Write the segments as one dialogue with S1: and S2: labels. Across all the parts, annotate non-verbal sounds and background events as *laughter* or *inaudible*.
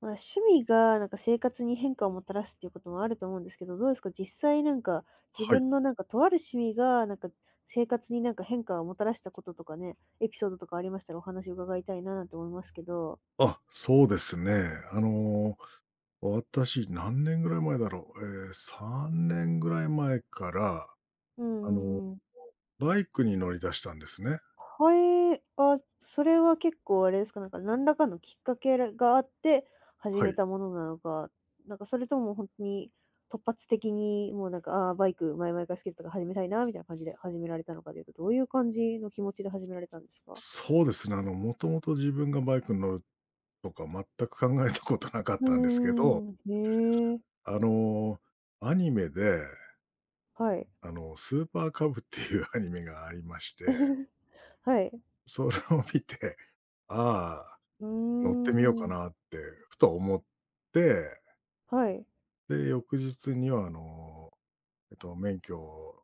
S1: まあ、趣味が生活に変化をもたらすっていうこともあると思うんですけど、どうですか？実際自
S2: はい。
S1: 分のとある趣味が、生活に変化をもたらしたこととかね、エピソードとかありましたらお話伺いたいななんて思いますけど。
S2: あ、そうですね。私何年ぐらい前だろう。ええ、3年ぐらい前から、
S1: うん
S2: あの、
S1: うんうん。
S2: バイクに乗り出したんですね。
S1: はい、それは結構あれですか、何らかのきっかけがあって始
S2: は
S1: め
S2: い。
S1: たものなのか、それとも本当に突発的にもうなんか、ああ、バイク前々から好きだったから始めたいなみたいな感じで始められたのかというと、どういう感じの気持ちで始められたんですか？
S2: そうですね。もともと自分がバイクに乗るとか全く考えたことなかっ
S1: う
S2: たんですけど、
S1: んんへえ、
S2: あの、アニメで、
S1: はい、
S2: スーパーカブっていうアニメがありまして、
S1: はい。
S2: それを見て、ああ、
S1: う
S2: 乗っ
S1: ー
S2: てみようかな
S1: ん、
S2: ってふと思って
S1: はい、
S2: で、翌日には免許を、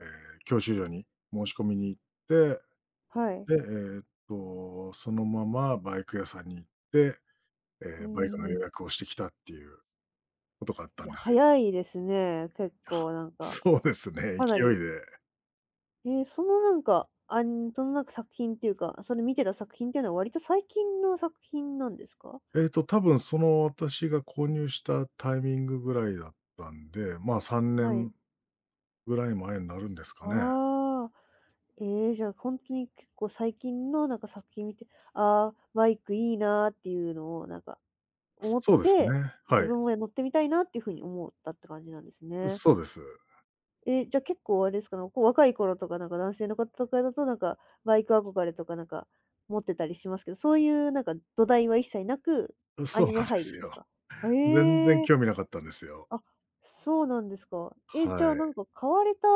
S2: 教習所に申し込みに行って、
S1: はい。
S2: で、そのままバイク屋さんに行って、
S1: う
S2: バイ
S1: ん
S2: ク
S1: う
S2: の
S1: んう
S2: 予
S1: ん。
S2: 約をしてきたっていうことがあっ
S1: い
S2: たん
S1: や、
S2: ですよ。
S1: 早いですね、結構なん
S2: *laughs*
S1: か、
S2: そうですね、
S1: かな
S2: 勢い
S1: り
S2: で。
S1: その作品っていうか、それ見てた作品っていうのは割と最近の作品なんですか？
S2: 多分その私が購入したタイミングぐらいだったんで、まあ、3
S1: はい。
S2: 年ぐらい前になるんですかね。
S1: ああ、じゃあ本当に結構最近の作品見て、ああ、バイクいいなーっていうのを思っ
S2: そうです
S1: て、
S2: ね、
S1: 自
S2: はい。
S1: 分も乗ってみたいなっていう風に思ったって感じなんですね。
S2: そうです。
S1: え、じゃ、結構あれですか、ねこう、若い頃とか、男性の方とかだと、バイク憧れとか、持ってたりしますけど、そういう土台は一切なく、ア
S2: そう
S1: ニメ
S2: なんで
S1: 入り
S2: す
S1: です
S2: よ。
S1: か？
S2: *laughs* 全然
S1: へえ
S2: 興味なかったんですよ。
S1: あ、そうなんですか。え、じゃ
S2: は
S1: あ、
S2: い。
S1: 買われた、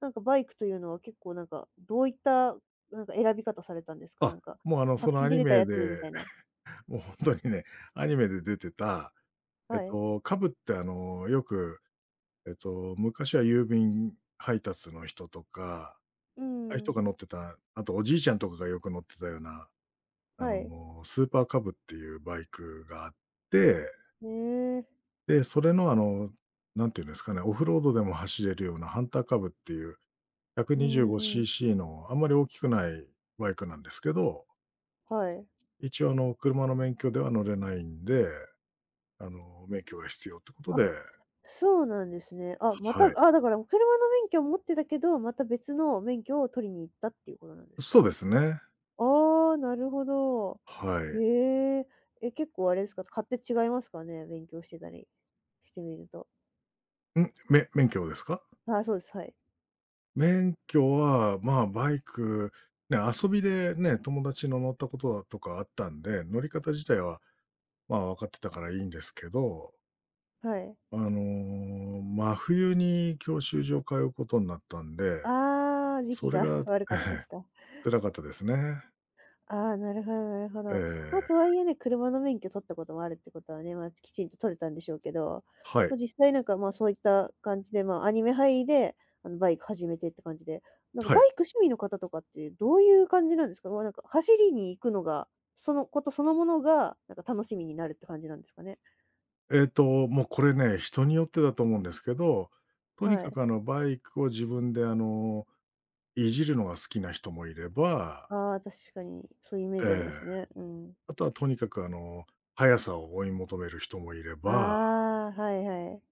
S1: バイクというのは結構、どういった、選び方されたんですか？
S2: あ、もうそ
S1: 作
S2: の
S1: 品
S2: ア
S1: で
S2: ニ
S1: 出た
S2: メ
S1: やつみた
S2: で、
S1: いな。
S2: *laughs* もうほんとにね、アニメで出てた、
S1: はい。
S2: カブってよく、昔は郵便配達の人とか、
S1: う
S2: ああいう人
S1: ん。
S2: が乗ってた、あとおじいちゃんとかがよく乗ってたような、
S1: はい。
S2: もうスーパーカブっていうバイクがあって、
S1: ねえ。
S2: で、それの何て言うんですかね、オフロードでも走れるようなハンターカブっていう
S1: うん。
S2: 125cc のあんまり大きくないバイクなんですけど、
S1: はい。
S2: 一応車の免許では乗れないんで免許が必要ってこと
S1: あ、
S2: で、
S1: そうなんですね。あ、また、
S2: はい。
S1: あ、だから車の免許を持ってたけど、また別の免許を取りに行ったっていうことなんです
S2: そう
S1: か？
S2: ですね。
S1: ああ、なるほど。
S2: は
S1: へえ。え、結構あれですか、勝手違いますかね？勉強してたりしてみると。
S2: い。免許ですか？
S1: あ、そうです、はい。
S2: 免許は、まあ、バイク、ね、遊びでね、友達の乗ったことだとかあったんで、乗り方自体は、まあ、分かってたからいいんですけど、
S1: はい。
S2: あの、真冬に教習所通うことになったんで、
S1: ああ、時
S2: そ
S1: 期
S2: れ
S1: が
S2: が
S1: *laughs* 悪
S2: え
S1: かったで
S2: え、
S1: すか？
S2: 辛かったですね。
S1: ああ、なるほどなるほ
S2: え
S1: ど。まあ、と
S2: え、
S1: はいえね、車の免許取ったこともあるってことはね、まあ、きちんと取れたんでしょうけど、
S2: は
S1: ま
S2: い、
S1: あ、実際まあ、そういった感じで、まあ、アニメ入りで、あの、バイク始めてって感じで、
S2: は
S1: バ
S2: い。
S1: イク趣味の方とかってどういう感じなんですか？まあ走りに行くのが、そのことそのものが、楽しみになるって感じなんですかね？
S2: もうこれね、人によってだと思うんですけど、とに
S1: は
S2: か
S1: い。
S2: くバイクを自分でいじるのが好きな人もいれば、
S1: ああ、確かにそういうイメー
S2: え
S1: ジあります
S2: え、
S1: ね。うん。
S2: あとはとにかく速さを追い求める人もいれば、
S1: ああ、はいはい。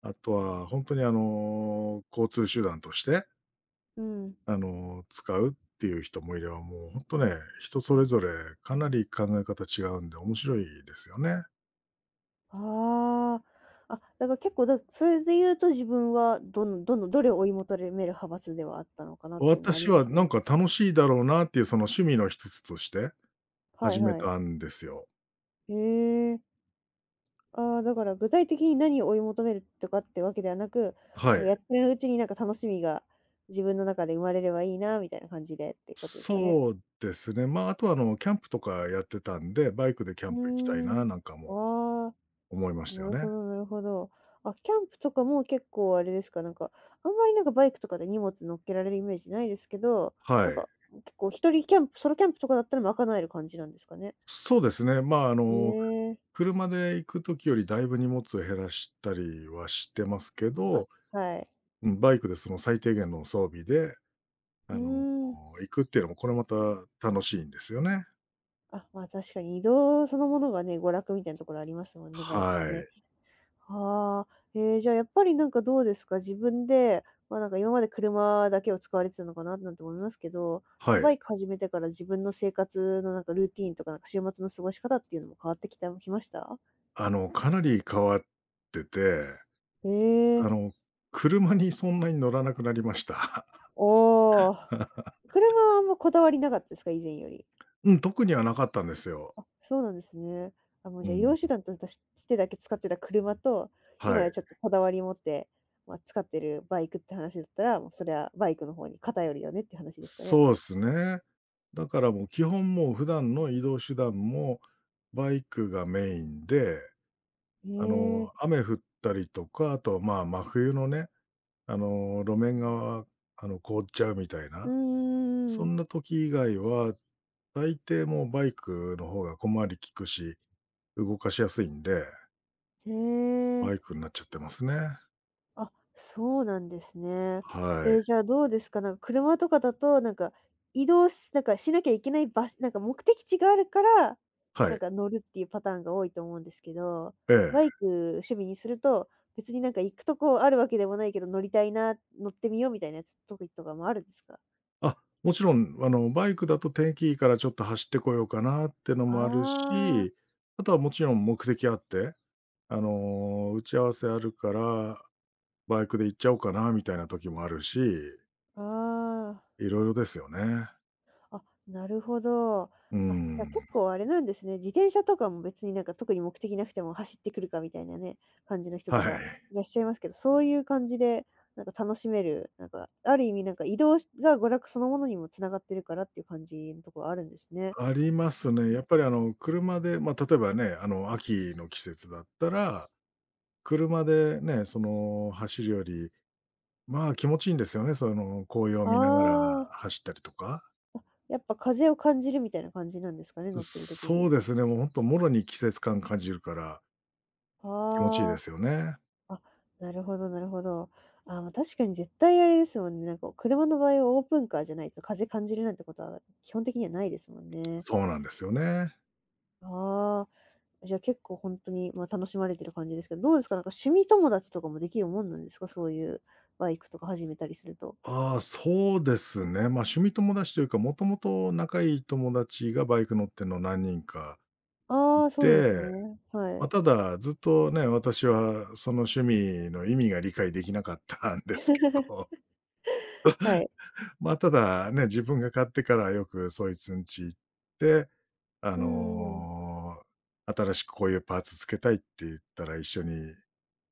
S2: あとはほんとに交通手段として、
S1: うん。
S2: 使うっていう人もいれば、もうほんとね、人それぞれかなり考え方違うんで面白いですよね。
S1: ああ。あ、だから結構だそれで言うと自分はどれを追い求める派閥ではあったのかなっていうのはあり
S2: 私
S1: ま
S2: は
S1: す
S2: な
S1: ね。
S2: んか楽しいだろうなっていうその趣味の一つとして
S1: はい
S2: 始め
S1: はい。
S2: たんですよ。
S1: へえ。ああ、だから具体的に何を追い求めるとかってわけではなく、
S2: はい。
S1: やってるうちに楽しみが自分の中で生まれればいいなみたいな感じでってことですかね。
S2: そうですね。まあ、あとはキャンプとかやってたんで、バイクでキャ
S1: う
S2: ンプ行きたい
S1: ー
S2: な
S1: ん。
S2: なんかも
S1: わあ。
S2: 思いました
S1: な
S2: よ
S1: るほ
S2: ね。
S1: どなるほど。あ、キャンプとかも結構あれですか、あんまりバイクとかで荷物乗っけられるイメージないですけど、
S2: は
S1: なん
S2: い。
S1: か、結構一人キャンプソロキャンプとかだったら賄える感じなんですかね？
S2: そうですね。まあ、
S1: へえ。
S2: 車で行くときよりだいぶ荷物を減らしたりはしてますけ
S1: あ、
S2: ど、
S1: はい。
S2: うん、バイクでその最低限の装備で、
S1: う
S2: あの、
S1: ーん。
S2: 行くっていうのもこれまた楽しいんですよね。
S1: あ、まあ、確かに移動そのものがね、娯楽みたいなところありますもんね、バイクは
S2: は
S1: ね。
S2: い。
S1: はあ、ええ、じゃあやっぱりどうですか、自分で、ま、今まで車だけを使われてたのかななんて思いますけど、
S2: はい。
S1: バイク始めてから自分の生活のルーティーンとか、週末の過ごし方っていうのも変わってきたきました？
S2: かなり変わってて、
S1: え
S2: あ
S1: え、
S2: の、車にそんなに乗らなくなりました。
S1: おお。
S2: *laughs*
S1: 車はあんまこだわりなかったですか？以前より。
S2: うん、特にはなかったんですよ。
S1: そうなんですね。あ、もう
S2: う
S1: じゃあ移動
S2: ん。
S1: 手段としてだけ使ってた車と、
S2: は
S1: 今
S2: い。
S1: はちょっとこだわり持って、まあ、使ってるバイクって話だったら、もうそれはバイクの方に偏るよねって話ですかね、やっ
S2: そ
S1: ぱ
S2: うで
S1: り。
S2: すね。だからもう基本もう普段の移動手段もバイクがメインで、
S1: へえ、
S2: 雨降ったりとか、あと、まあ、真冬のね、路面が、凍っちゃうみたい
S1: うんう
S2: な、
S1: んう
S2: そ
S1: ん
S2: んな時以外は、大抵もうバイクの方が小回り利くし、動かしやすいんで、
S1: へ
S2: バ
S1: え、
S2: イクになっちゃってますね。
S1: あ、そうなんですね。
S2: は
S1: えー、じ
S2: い。
S1: ゃあどうですか？なんか車とかだと、なんか移動しなんかしなきゃいけない場所目的地があるから、
S2: はい。
S1: 乗るっていうパターンが多いと思うんですけど、
S2: え
S1: バ
S2: え。
S1: イク趣味にすると、別に行くとこあるわけでもないけど、乗りたいな、乗ってみようみたいなやつ、とかもあるんですか？
S2: あ、もちろん、バイクだと天気いいからちょっと走ってこようかなってのもある
S1: ああ
S2: し、あとはもちろん目的あって、打ち合わせあるから、バイクで行っちゃおうかなみたいな時もあるし、
S1: ー、ああー。
S2: いろいろですよね。
S1: あ、なるほど。
S2: う
S1: あ、じゃあ
S2: ん。
S1: 結構あれなんですね。自転車とかも別に特に目的なくても走ってくるかみたいなね、感じの人
S2: は
S1: とか
S2: い。
S1: いらっしゃいますけど、そういう感じで楽しめる、ある意味移動しが娯楽そのものにもつながってるからっていう感じのところあるんですね。
S2: ありますね。やっぱり車で、まあ、例えばね、秋の季節だったら、車でね、走るより、まあ、気持ちいいんですよね、紅葉を
S1: あ
S2: 見ながら
S1: あ、
S2: 走ったりとか。
S1: やっぱ風を感じるみたいな感じなんですかね、乗ってる時
S2: そう
S1: に。
S2: ですね、もう本当、もろに季節感感じるから気持ちいいで
S1: あ
S2: すよね。
S1: あ。あ、なるほどなるほど。あ、まあ、確かに絶対あれですもんね、車の場合はオープンカーじゃないと風感じるなんてことは基本的にはないですもんね。
S2: そうなんですよね。
S1: ああ、じゃあ結構本当に、まあ、楽しまれてる感じですけど、どうですか？趣味友達とかもできるもんなんですか？そういうバイクとか始めたりすると。
S2: ああ、そうですね。まあ、趣味友達というか、もともと仲いい友達がバイク乗ってるの何人かい
S1: ああ、そうなんです
S2: て、
S1: ね。は
S2: まあ、
S1: い。
S2: ただ、ずっとね、私はその趣味の意味が理解できなかったんですけど、
S1: *laughs* はい。
S2: *laughs* まあ、ただね、自分が買ってからよくそいつんち行って、あ
S1: うんうん。
S2: の、新しくこういうパーツ付けたいって言ったら一緒に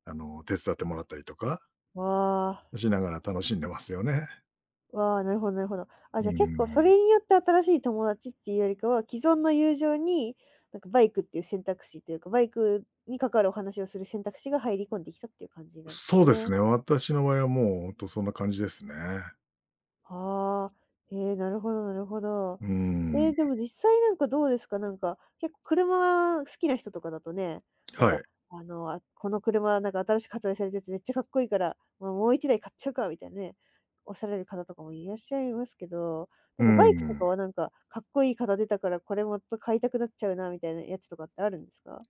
S2: 手伝ってもらったりとか
S1: わあ。
S2: しながら楽しんでますよね。
S1: わあ、なるほどなるほど。あ、
S2: うー
S1: じゃあ結構そ
S2: ん。
S1: れによって新しい友達っていうよりかは、既存の友情に、バイクっていう選択肢というか、バイクに関わるお話をする選択肢が入り込んできたっていう感じなんです
S2: そうです
S1: ね。
S2: ね、私の場合はもうほんとそんな感じですね。
S1: ああ、ええ、なるほどなるほど。
S2: うー
S1: え
S2: ん。
S1: え、でも実際どうですか？結構車好きな人とかだとね、なん
S2: は
S1: か、
S2: い。
S1: あ、この車新しく発売されたやつめっちゃかっこいいから、ま、もう一台買っちゃうかみたいなね、おっしゃられる方とかもいらっしゃいますけど、
S2: うー
S1: バイクとかは
S2: ん。
S1: かっこいい型出たからこれもっと買いたくなっちゃうなみたいなやつとかってあるんですか？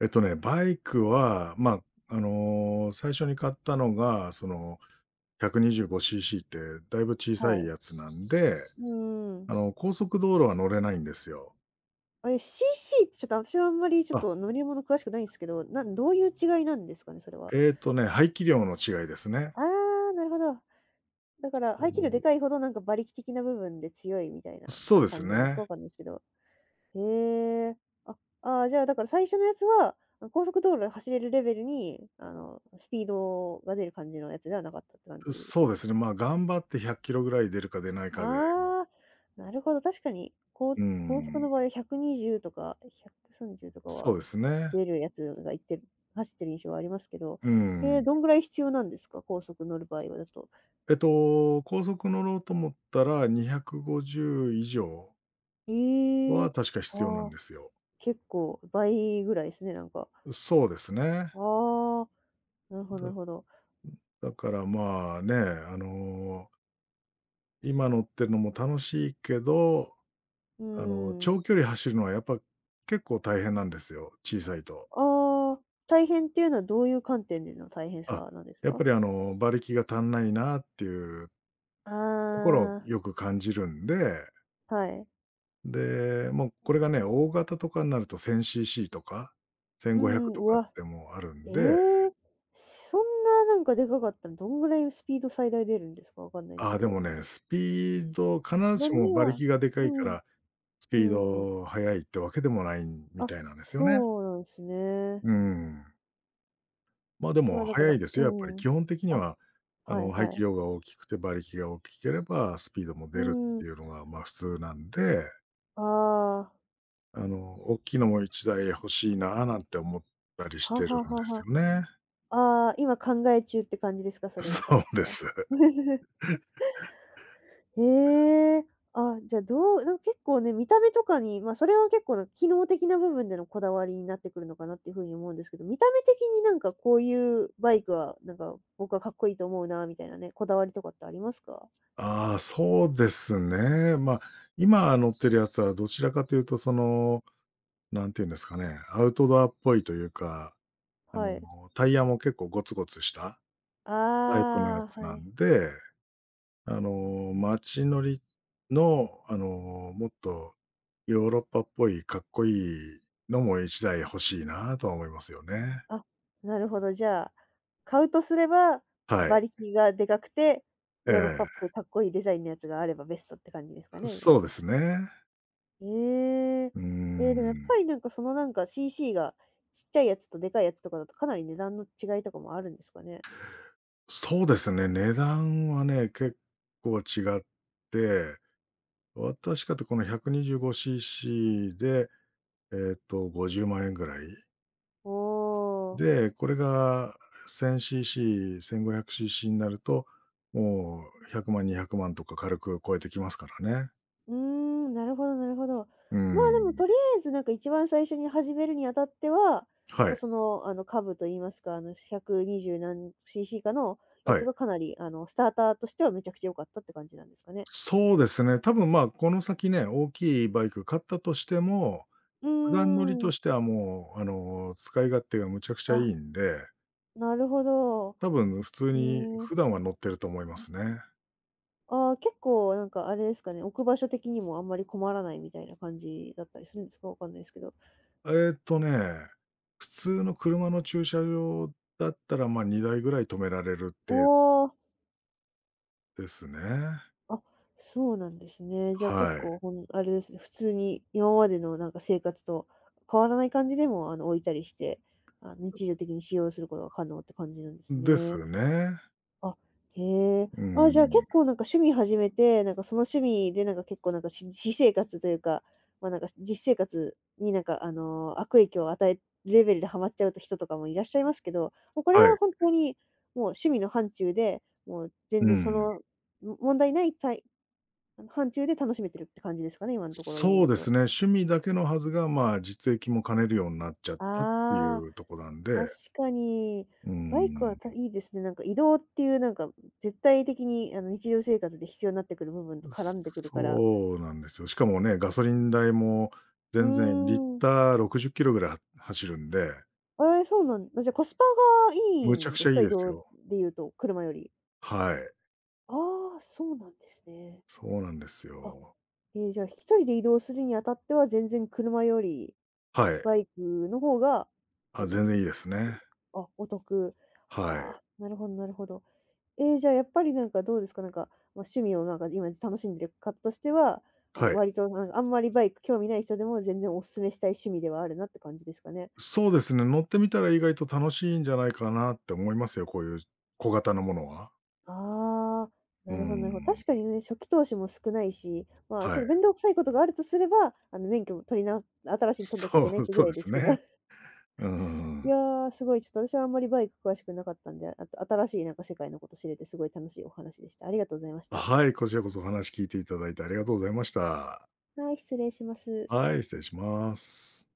S2: バイクは、ま、最初に買ったのが、125cc ってだいぶ小さ
S1: は
S2: い
S1: い。
S2: やつなんで、
S1: うーん。
S2: 高速道路は乗れないんですよ。
S1: あ、え、CC ってちょっと私はあんまりちょっと
S2: あ、
S1: 乗り物詳しくないんすけど、どういう違いなんですかね？それは。
S2: 排気量の違いですね。
S1: ああ、なるほど。だから、
S2: そ
S1: 排気量で
S2: う。
S1: かいほど馬力的な部分で強いみたいな
S2: そうです
S1: 感じなんですか？
S2: ね。
S1: わかんないですけど。へえ。あ、ああ、じゃあ、だから最初のやつは、あ、高速道路で走れるレベルに、あの、スピードが出る感じのやつではなかったって感じ。
S2: そうですね、まあ、頑張って100キロぐらい出るか出ないかぐらいの。
S1: ああ、なるほど、確かに、高
S2: う
S1: 高速
S2: ん、
S1: の場合は120とか130とかは
S2: そうですね。
S1: 出るやつがいってる走ってる印象はありますけど、
S2: う
S1: へー、
S2: ん。
S1: どんぐらい必要なんですか？高速乗る場合はだと。
S2: 高速乗ろうと思ったら、250以上
S1: ええ
S2: は
S1: ー、
S2: 確か必要な
S1: は
S2: ん
S1: あ。
S2: ですよ。
S1: 結構倍ぐらいですね、なんか。
S2: そうですね。
S1: ああ、なるほどな
S2: だ
S1: るほど。
S2: だからまあね、今乗ってるのも楽しいけど、
S1: うーん。
S2: 長距離走るのはやっぱ結構大変なんですよ、小さいと。
S1: ああ、大変っていうのはどういう観点での大変
S2: あ、
S1: さなんです
S2: やっ
S1: か？
S2: ぱり馬力が足んないなっていう
S1: あ
S2: ところをよく感じるんで
S1: あ、はい。
S2: で、もうこれがね、大型とかになると 1000cc とか、
S1: うん
S2: 1500
S1: うん、
S2: と
S1: う
S2: かっ
S1: わ、
S2: てもうある
S1: え
S2: んで、
S1: え、そんななんかでかかったらどんぐらいスピード最大出るんですか？わかんないで
S2: あ
S1: す
S2: あ、
S1: け
S2: で
S1: ど。
S2: もね、スピード必ずしも
S1: 何
S2: 馬
S1: は
S2: 力がでか
S1: う
S2: いか
S1: ん
S2: ら、ス
S1: う
S2: ピー
S1: ん、うん、
S2: ド速いってわけでもないみ
S1: あ、
S2: たいなんですよね。
S1: そうなんですね。
S2: うん。まあ、で
S1: まあ、
S2: も
S1: だか
S2: 速
S1: ら
S2: いです
S1: う
S2: よ、やっぱり。
S1: ん。
S2: 基本的に
S1: あ、
S2: は、
S1: はい
S2: 排
S1: は
S2: 気
S1: い。
S2: 量が大きくて馬力が大きければ、スピードも
S1: う
S2: 出るっ
S1: ん。
S2: ていうのが、まあ、普通なんで、
S1: ああ、
S2: 大きいのも一台欲しいななんて思ったりし
S1: は
S2: てる
S1: は
S2: んで
S1: は
S2: す
S1: は。
S2: よね。
S1: ああ、今考え中って感じですか？そ
S2: *laughs*
S1: れに
S2: そ
S1: 関し
S2: う
S1: て
S2: で
S1: は。
S2: す。
S1: *laughs* へえ。あ、じゃ、どうなんか結構ね、見た目とかに、ま、それは結構な機能的な部分でのこだわりになってくるのかなっていう風に思うんですけど、見た目的になんかこういうバイクは、なんか僕はかっこいいと思うなみたいなね、こだわりとかってありますか？
S2: ああ、そうですね。まあ、今乗ってるやつはどちらかというとなんていうんですかね、アウトドアっぽいというか、あ
S1: は
S2: の、
S1: い。
S2: タイヤも結構ゴツゴツした
S1: あ
S2: タイプのや
S1: あ、
S2: つ
S1: は
S2: な
S1: い。
S2: んで、あの、街乗りの、もっとヨーロッパっぽいかっこいいのも1台欲しいなとは思いますよね。
S1: あ、なるほど。じゃあ、買うとすれば、
S2: は
S1: 馬
S2: い。
S1: 力がでかくて、
S2: え
S1: ヨーロッパっぽ
S2: え。
S1: いかっこいいデザインのやつがあればベストって感じですかね、今は。
S2: そうですね。
S1: ええ。
S2: うー
S1: でもやっぱ
S2: ん。
S1: りなんかそのなんか CC がちっちゃいやつとでかいやつとかだとかなり値段の違いとかもあるんですかね？
S2: そうですね、値段はね、結構違って、私かとこの 125cc で、50万円ぐらい。
S1: おー、
S2: で、これが 1000cc、1500cc になると、もう100万、200万とか軽く超えてきますからね。
S1: うーん、なるほどなるほど。
S2: う
S1: まあ、でも
S2: ん。
S1: とりあえずなんか一番最初に始めるにあたっては、
S2: は
S1: まあ、
S2: い、
S1: その、株と言いますか、120何 CC かのや
S2: は
S1: つ
S2: い。
S1: がかなり、スターターとしてはめちゃくちゃ良かったって感じなんですかね？
S2: そうですね、多分、まあ、この先ね、大きいバイク買ったとしても、
S1: う
S2: 普段乗り
S1: ー
S2: と
S1: ん。
S2: してはもう、使い勝手がむちゃくちゃい
S1: あ、
S2: いんで
S1: なるほど。
S2: 多分普通に
S1: ねえ。
S2: 普段は乗ってると思いますね。
S1: ああ、結構なんかあれですかね、置く場所的にもあんまり困らないみたいな感じだったりするんですか？わかんないですけど。
S2: えーっとね、普通の車の駐車場だったら、まあ、2台ぐらい止められる
S1: お
S2: 程度
S1: お、
S2: ですね。
S1: あ、そうなんですね。じゃあ結
S2: はい。
S1: 構あれですね、普通に今までのなんか生活と変わらない感じでも、置いたりして、日常的に使用することが可能って感じなんです
S2: で
S1: ね。
S2: すね。
S1: あ、へえ。
S2: う
S1: あ、じゃあ結
S2: ん。
S1: 構なんか趣味始めて、なんかその趣味でなんか結構なんか私生活というか、ま、なんか実生活になんか悪影響を与えるレベルでハマっちゃうと人とかもいらっしゃいますけど、もうこれ
S2: はい。
S1: は本当にもう趣味の範疇で、もう全
S2: う
S1: 然そ
S2: ん。
S1: の、も問題ない範疇で楽しめてるって感じですかね、今のところで
S2: そ
S1: 言
S2: う
S1: う
S2: です
S1: と。
S2: ね、趣味だけのはずが、まあ、実益も兼ねるようになっちゃったってい
S1: ああ。
S2: うとこなんで、
S1: 確かに、
S2: う
S1: バイクは
S2: ん、
S1: いですね。なんか移動っていうなんか、絶対的に日常生活で必要になってくる部分と絡んでくるから。
S2: そうなんですよ。しかもね、ガソリン代も
S1: うー
S2: 全然リッ
S1: ん。
S2: ター60キロぐらいは走るんで
S1: ええ、そうなんだ。じゃ、コスパがいい
S2: むちゃ
S1: ん
S2: く
S1: で
S2: ち
S1: す
S2: ゃい
S1: か？
S2: い
S1: 移
S2: です
S1: 動
S2: よ。
S1: でいうと、車より。
S2: はい。
S1: ああ、そうなんですね。
S2: そうなんです
S1: あ、
S2: よ。
S1: ええ、じゃあ、人で移動するにあたっては、全然車より
S2: はい。
S1: バイクの方が、あ
S2: あ、
S1: の、
S2: 全然いいですね。
S1: あ、お得。
S2: は
S1: は
S2: い。
S1: あ、なるほどなるほど。ええ、じゃあ、やっぱりなんかどうですか？なんか、まあ、趣味をなんか今楽しんでる方としては、
S2: はい。
S1: 割となんかあんまりバイク興味ない人でも全然お勧めしたい趣味ではあるなって感じですかね。
S2: そうですね、乗ってみたら意外と楽しいんじゃないかなって思いますよ、こういう小型のものは。
S1: ああ、
S2: う
S1: な
S2: ー
S1: るほどなるほど。
S2: ん。
S1: 確かにね、初期投資も少ないし、まあ、ち
S2: は
S1: ょ
S2: い。
S1: っと面
S2: *laughs*
S1: 倒くさいことがあるとすれば、免許も取りな新しいの取んなきゃいけ
S2: そ
S1: ないっ
S2: う、
S1: てぐ
S2: そう
S1: らい
S2: で
S1: で
S2: す
S1: すけど。
S2: ね。
S1: *laughs*
S2: うん
S1: い
S2: ん。
S1: やー、すごいちょっと私はあんまりバイク詳しくなかったんで、あと新しいなんか世界のこと知れてすごい楽しいお話でした。ありがとうございました。
S2: はい、こちらこそお話聞いていただいてありがとうございました。
S1: はい、失礼します。
S2: はい、失礼します。